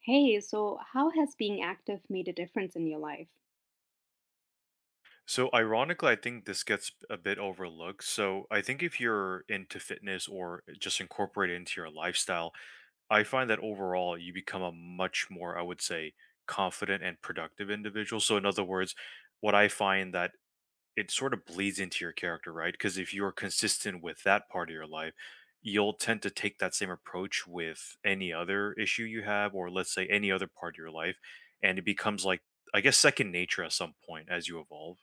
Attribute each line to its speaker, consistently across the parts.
Speaker 1: Hey, so how has being active made a difference in your life?
Speaker 2: So ironically, I think this gets a bit overlooked. So I think if you're into fitness or just incorporate it into your lifestyle, I find that overall you become a much more, I would say, confident and productive individual. So in other words, what I find that it sort of bleeds into your character, right? Because if you're consistent with that part of your life, you'll tend to take that same approach with any other issue you have, or let's say any other part of your life, and it becomes, like, I guess, second nature at some point as you evolve.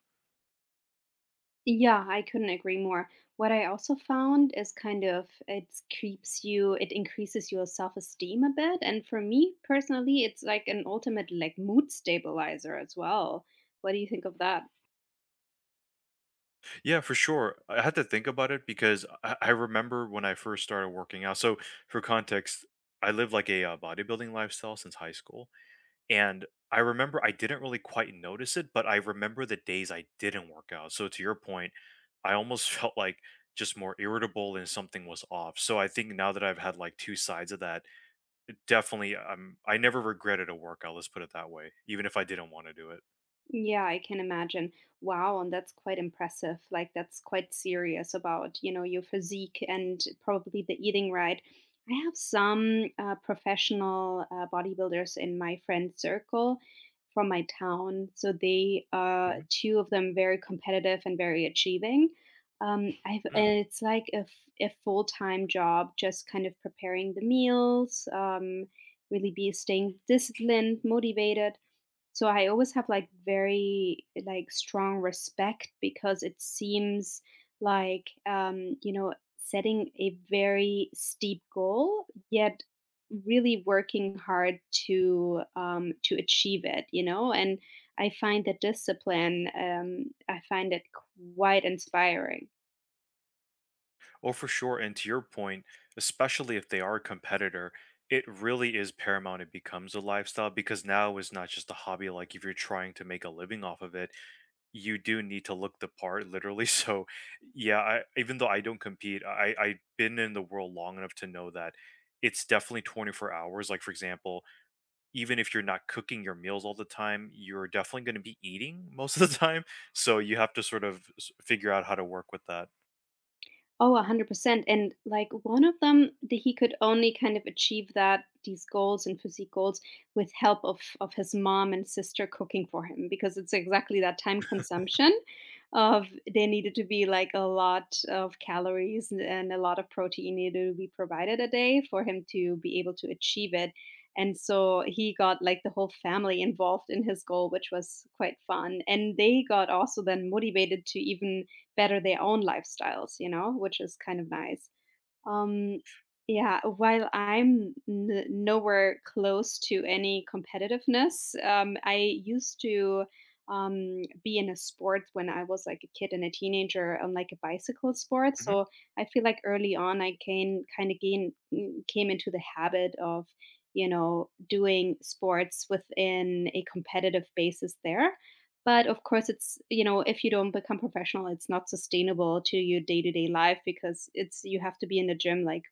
Speaker 1: Yeah, I couldn't agree more. What I also found is kind of it keeps you, it increases your self-esteem a bit. And for me personally, it's like an ultimate like mood stabilizer as well. What do you think of that?
Speaker 2: Yeah, for sure. I had to think about it because I remember when I first started working out. So, for context, I lived like a bodybuilding lifestyle since high school. And I remember I didn't really quite notice it, but I remember the days I didn't work out. So, to your point, I almost felt like just more irritable and something was off. So, I think now that I've had like two sides of that, definitely, I never regretted a workout. Let's put it that way, even if I didn't want to do it.
Speaker 1: Yeah, I can imagine. Wow, and that's quite impressive. Like that's quite serious about, you know, your physique and probably the eating right. I have some professional bodybuilders in my friend circle from my town. So they
Speaker 2: Mhm.
Speaker 1: two of them very competitive and very achieving. I've
Speaker 2: Mm.
Speaker 1: and it's like a full-time job just kind of preparing the meals, really be staying disciplined, motivated, so I always have like very like strong respect because it seems like setting a very steep goal, yet really working hard to achieve it. You know, and I find the discipline. I find it quite inspiring.
Speaker 2: Oh, for sure. And to your point, especially if they are a competitor, it really is paramount. It becomes a lifestyle because now it's not just a hobby. Like, if you're trying to make a living off of it, you do need to look the part, literally. So, yeah, I, even though I don't compete, I've been in the world long enough to know that it's definitely 24 hours. Like, for example, even if you're not cooking your meals all the time, you're definitely going to be eating most of the time. So, you have to sort of figure out how to work with that.
Speaker 1: Oh, 100%. And like one of them, that he could only kind of achieve that these goals and physique goals with help of his mom and sister cooking for him because it's exactly that time consumption of there needed to be like a lot of calories and a lot of protein needed to be provided a day for him to be able to achieve it. And so he got like the whole family involved in his goal, which was quite fun. And they got also then motivated to even better their own lifestyles, you know, which is kind of nice. Um, yeah, while I'm nowhere close to any competitiveness, I used to be in a sport when I was like a kid and a teenager on like a bicycle sport. So I feel like early on I came kind of gain, mm, came into the habit of, you know, doing sports within a competitive basis there. But of course, it's you know, if you don't become professional, it's not sustainable to your day-to-day life because it's you have to be in the gym like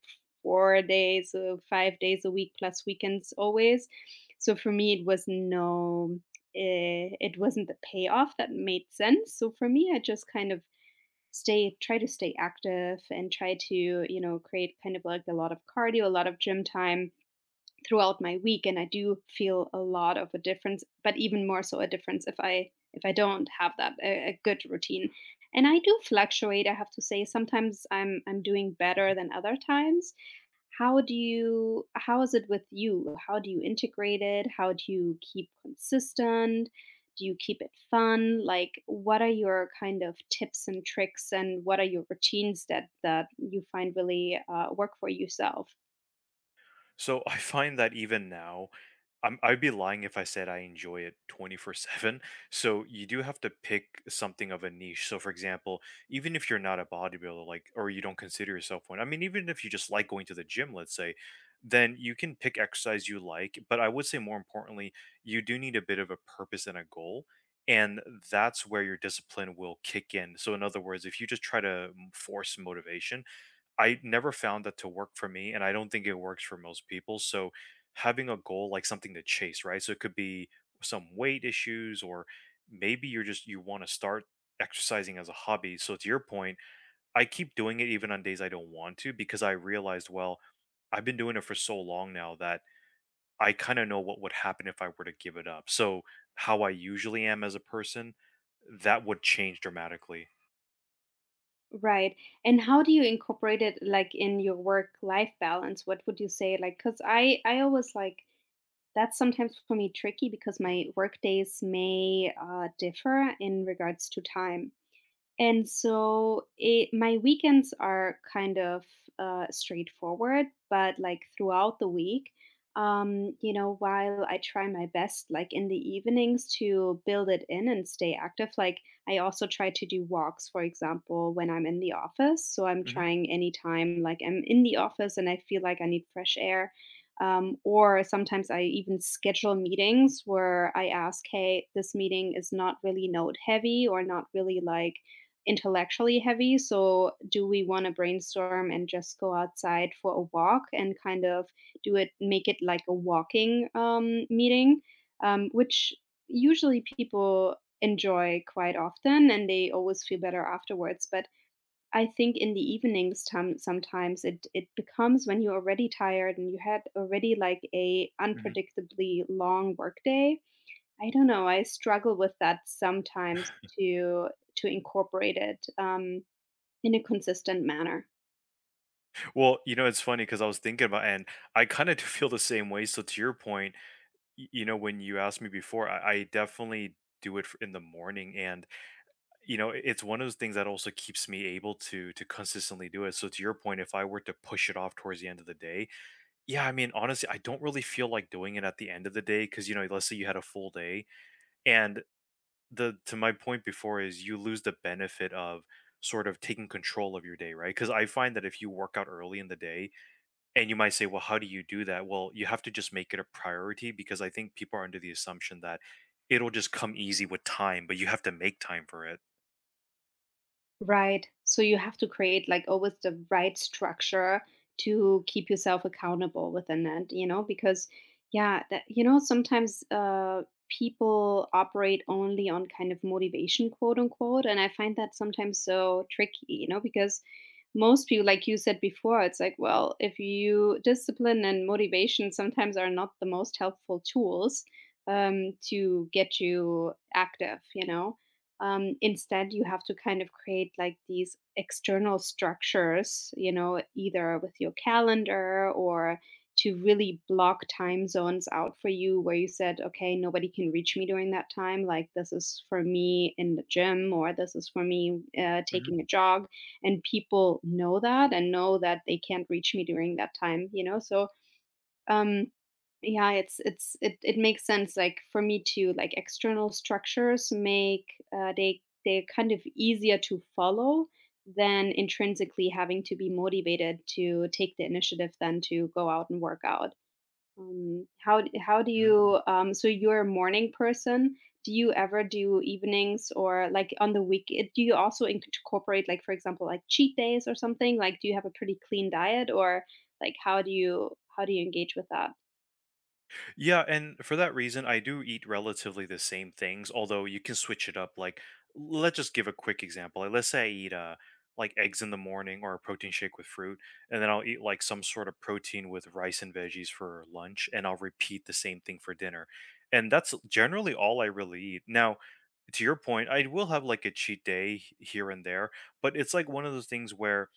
Speaker 1: 4 days or 5 days a week plus weekends always. So for me, it was no, it wasn't the payoff that made sense. So for me, I just kind of stay try to stay active and try to, you know, create kind of like a lot of cardio, a lot of gym time throughout my week. And I do feel a lot of a difference, but even more so a difference if I don't have that a good routine. And I do fluctuate. I have to say sometimes I'm doing better than other times. How is it with you? How do you integrate it? How do you keep consistent? Do you keep it fun? Like, what are your kind of tips and tricks and what are your routines that you find really work for yourself?
Speaker 2: So I find that even now, I'd be lying if I said I enjoy it 24/7. So you do have to pick something of a niche. So, for example, even if you're not a bodybuilder, like, or you don't consider yourself one, I mean, even if you just like going to the gym, let's say, then you can pick exercise you like. But I would say more importantly, you do need a bit of a purpose and a goal. And that's where your discipline will kick in. So, in other words, if you just try to force motivation, I never found that to work for me, and I don't think it works for most people. So having a goal, like something to chase, right? So it could be some weight issues, or maybe you're just you want to start exercising as a hobby. So to your point, I keep doing it even on days I don't want to because I realized, well, I've been doing it for so long now that I kind of know what would happen if I were to give it up. So how I usually am as a person, that would change dramatically.
Speaker 1: Right. And how do you incorporate it like in your work life balance? What would you say? Like, because I always like that's sometimes for me tricky because my work days may differ in regards to time. And so my weekends are kind of straightforward, but like throughout the week, while I try my best, like in the evenings, to build it in and stay active, like I also try to do walks, for example, when I'm in the office. So I'm
Speaker 2: hmm
Speaker 1: trying anytime, like I'm in the office and I feel like I need fresh air. Or sometimes I even schedule meetings where I ask, hey, this meeting is not really note heavy or not really like intellectually heavy. So, do we want to brainstorm and just go outside for a walk and kind of do it, make it like a walking meeting, which usually people enjoy quite often and they always feel better afterwards. But I think in the evenings, sometimes it becomes when you're already tired and you had already like a unpredictably long workday. I don't know, I struggle with that sometimes to to incorporate it, in a consistent manner.
Speaker 2: Well, you know, it's funny because I was thinking about, and I kind of do feel the same way. So to your point, you know, when you asked me before, I definitely do it in the morning, and you know, it's one of those things that also keeps me able to consistently do it. So to your point, if I were to push it off towards the end of the day, yeah, I mean, honestly, I don't really feel like doing it at the end of the day because, you know, let's say you had a full day, and the to my point before is you lose the benefit of sort of taking control of your day, right? Because I find that if you work out early in the day and you might say, well, how do you do that? Well, you have to just make it a priority because I think people are under the assumption that it'll just come easy with time, but you have to make time for it.
Speaker 1: Right. So you have to create, like, always the right structure to keep yourself accountable within it, you know, because yeah, that you know, sometimes, people operate only on kind of "motivation," quote unquote, and I find that sometimes so tricky, you know, because most people, like you said before, it's like, well, if you discipline and motivation sometimes are not the most helpful tools to get you active, you know. Instead, you have to kind of create like these external structures, you know, either with your calendar or to really block time zones out for you where you said, okay, nobody can reach me during that time. Like, this is for me in the gym, or this is for me
Speaker 2: hmm
Speaker 1: taking a jog. And people know that and know that they can't reach me during that time, you know. So, um yeah, it makes sense like for me to like external structures make they they're kind of easier to follow than intrinsically having to be motivated to take the initiative then to go out and work out. How d how do you, So you're a morning person. Do you ever do evenings or, like, on the week do you also incorporate, like, for example, like, cheat days or something? Like, do you have a pretty clean diet or, like, how do you engage with that?
Speaker 2: Yeah, and for that reason, I do eat relatively the same things, although you can switch it up. Like, let's just give a quick example. Like, let's say I eat like eggs in the morning or a protein shake with fruit, and then I'll eat like some sort of protein with rice and veggies for lunch, and I'll repeat the same thing for dinner. And that's generally all I really eat. Now, to your point, I will have like a cheat day here and there, but it's like one of those things where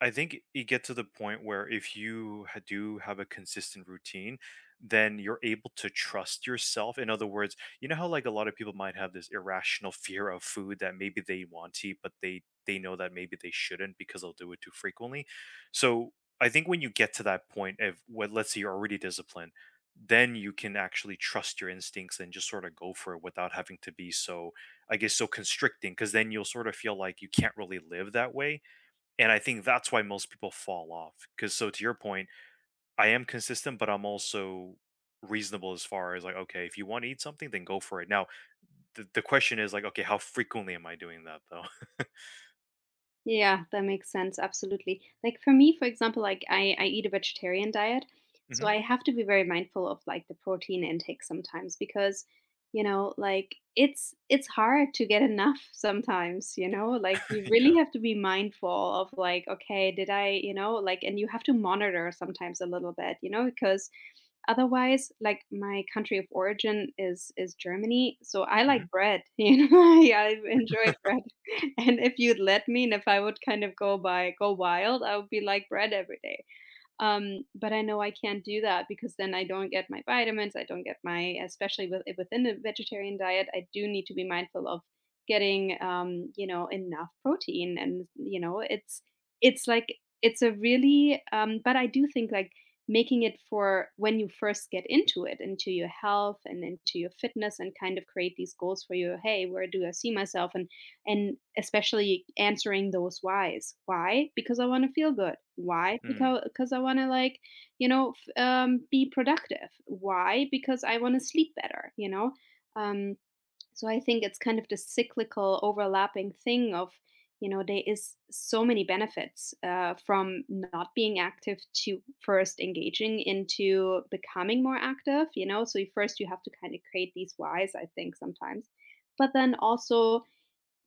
Speaker 2: I think it gets to the point where if you do have a consistent routine, then you're able to trust yourself. In other words, you know how like a lot of people might have this irrational fear of food that maybe they want to eat, but they know that maybe they shouldn't because they'll do it too frequently. So I think when you get to that point of what, let's say you're already disciplined, then you can actually trust your instincts and just sort of go for it without having to be so, I guess, so constricting. Because then you'll sort of feel like you can't really live that way, and I think that's why most people fall off. Because, so to your point, I am consistent, but I'm also reasonable as far as like, okay, if you want to eat something, then go for it. Now, the question is like, okay, how frequently am I doing that though?
Speaker 1: Yeah, that makes sense, absolutely. Like for me, for example, like I eat a vegetarian diet, so
Speaker 2: hmm
Speaker 1: I have to be very mindful of like the protein intake sometimes because, you know, like it's hard to get enough sometimes, you know? Like you
Speaker 2: Yeah.
Speaker 1: really have to be mindful of like, okay, did I, you know, like and you have to monitor sometimes a little bit, you know, because otherwise, like, my country of origin is Germany, so I like
Speaker 2: hmm
Speaker 1: bread, you know? Yeah, I enjoy bread, and if you'd let me and if I would kind of go wild, I would be like bread every day. But I know I can't do that because then I don't get my vitamins. I don't get my, especially within the vegetarian diet, I do need to be mindful of getting, enough protein. And, it's like, it's a really, but I do think like making it for when you first get into it, into your health and into your fitness and kind of create these goals for you. Hey, where do I see myself? And especially answering those whys. Why? Because I want to feel good. Why?
Speaker 2: Mm-hmm.
Speaker 1: Because I want to be productive. Why? Because I want to sleep better. Um, so I think it's kind of the cyclical overlapping thing of, there is so many benefits from not being active to first engaging into becoming more active. So first you have to kind of create these whys. I think sometimes, but then also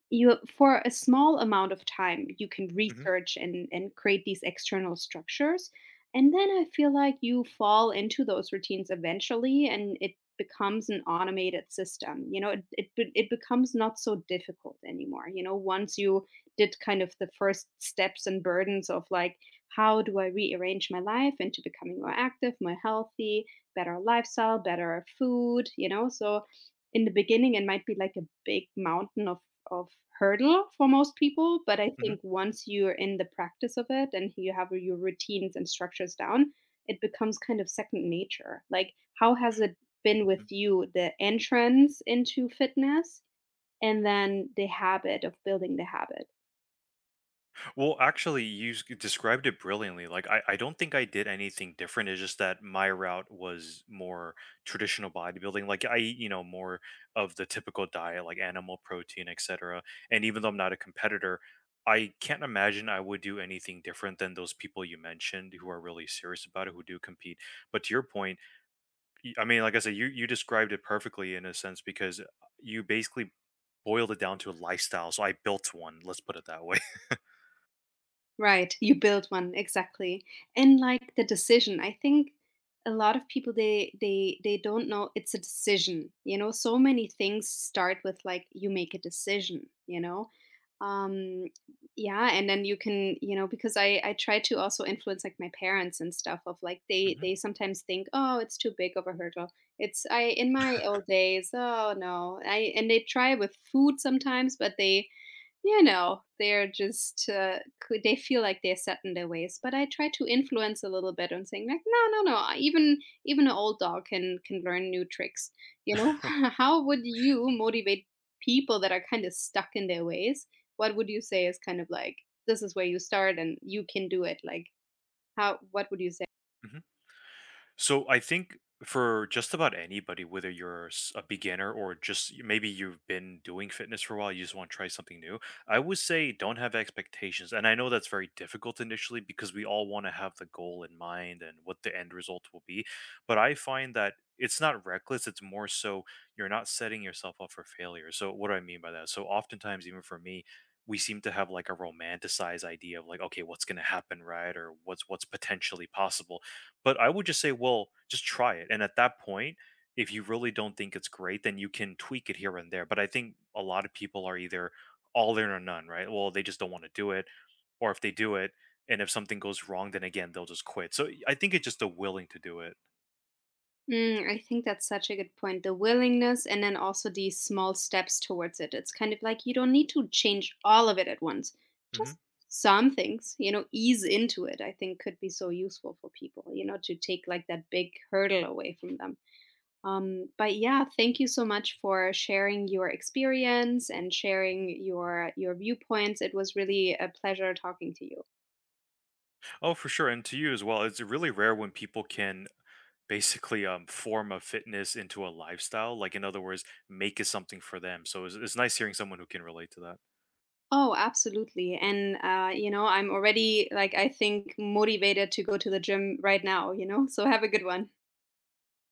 Speaker 1: you for a small amount of time you can
Speaker 2: Mm-hmm.
Speaker 1: research and create these external structures. And then I feel like you fall into those routines eventually, and it becomes an automated system, you know, it becomes not so difficult anymore, you know, once you did kind of the first steps and burdens of like, how do I rearrange my life into becoming more active, more healthy, better lifestyle, better food, you know. So in the beginning, it might be like a big mountain of hurdle for most people, but I
Speaker 2: Mm-hmm.
Speaker 1: think once you're in the practice of it and you have your routines and structures down, it becomes kind of second nature. Like, how has it been with you, the entrance into fitness and then the habit of building the habit?
Speaker 2: Well, actually, you described it brilliantly. Like, I don't think I did anything different. It's just that my route was more traditional bodybuilding. Like, I eat, you know, more of the typical diet, like animal protein, etc. And even though I'm not a competitor, I can't imagine I would do anything different than those people you mentioned who are really serious about it, who do compete. But to your point, I mean, like I said, you described it perfectly in a sense because you basically boiled it down to a lifestyle. So I built one. Let's put it that way.
Speaker 1: Right, you build one, exactly. And like the decision, I think a lot of people they don't know it's a decision. You know, so many things start with like you make a decision, you know. Um yeah, and then you can, you know, because I try to also influence like my parents and stuff of like they sometimes think, "Oh, it's too big of a hurdle." It's I in my old days, "Oh no." I and they try with food sometimes, but they, you know, they're just, c they feel like they're set in their ways, but I try to influence a little bit and saying like, "No, no, no, even an old dog can learn new tricks." You know?
Speaker 2: Mhm.
Speaker 1: How would you motivate people that are kinda stuck in their ways? What would you say is kind of like, "This is where you start and you can do it," like, how what would you say?
Speaker 2: Mhm. So I think for just about anybody, whether you're a beginner or just maybe you've been doing fitness for a while, you just want to try something new, I would say don't have expectations. And I know that's very difficult initially because we all want to have the goal in mind and what the end result will be. But I find that it's not reckless, it's more so you're not setting yourself up for failure. So, what do I mean by that? So, oftentimes, even for me, we seem to have like a romanticized idea of like, okay, what's going to happen, right? Or what's potentially possible, but I would just say, well, just try it. And at that point, if you really don't think it's great, then you can tweak it here and there. But I think a lot of people are either all in or none, right? Well, they just don't want to do it. Or if they do it and if something goes wrong, then again, they'll just quit. So I think it's just the willing to do it.
Speaker 1: I think that's such a good point. The willingness and then also these small steps towards it. It's kind of like you don't need to change all of it at once. Just
Speaker 2: hmm
Speaker 1: some things, you know, ease into it, I think could be so useful for people, you know, to take like that big hurdle away from them. But yeah, thank you so much for sharing your experience and sharing your viewpoints. It was really a pleasure talking to you.
Speaker 2: Oh, for sure. And to you as well, it's really rare when people can basically, form a fitness into a lifestyle. Like, in other words, make it something for them. So it's nice hearing someone who can relate to that.
Speaker 1: Oh, absolutely. And, I'm already, like, I think motivated to go to the gym right now, you know? So have a good one.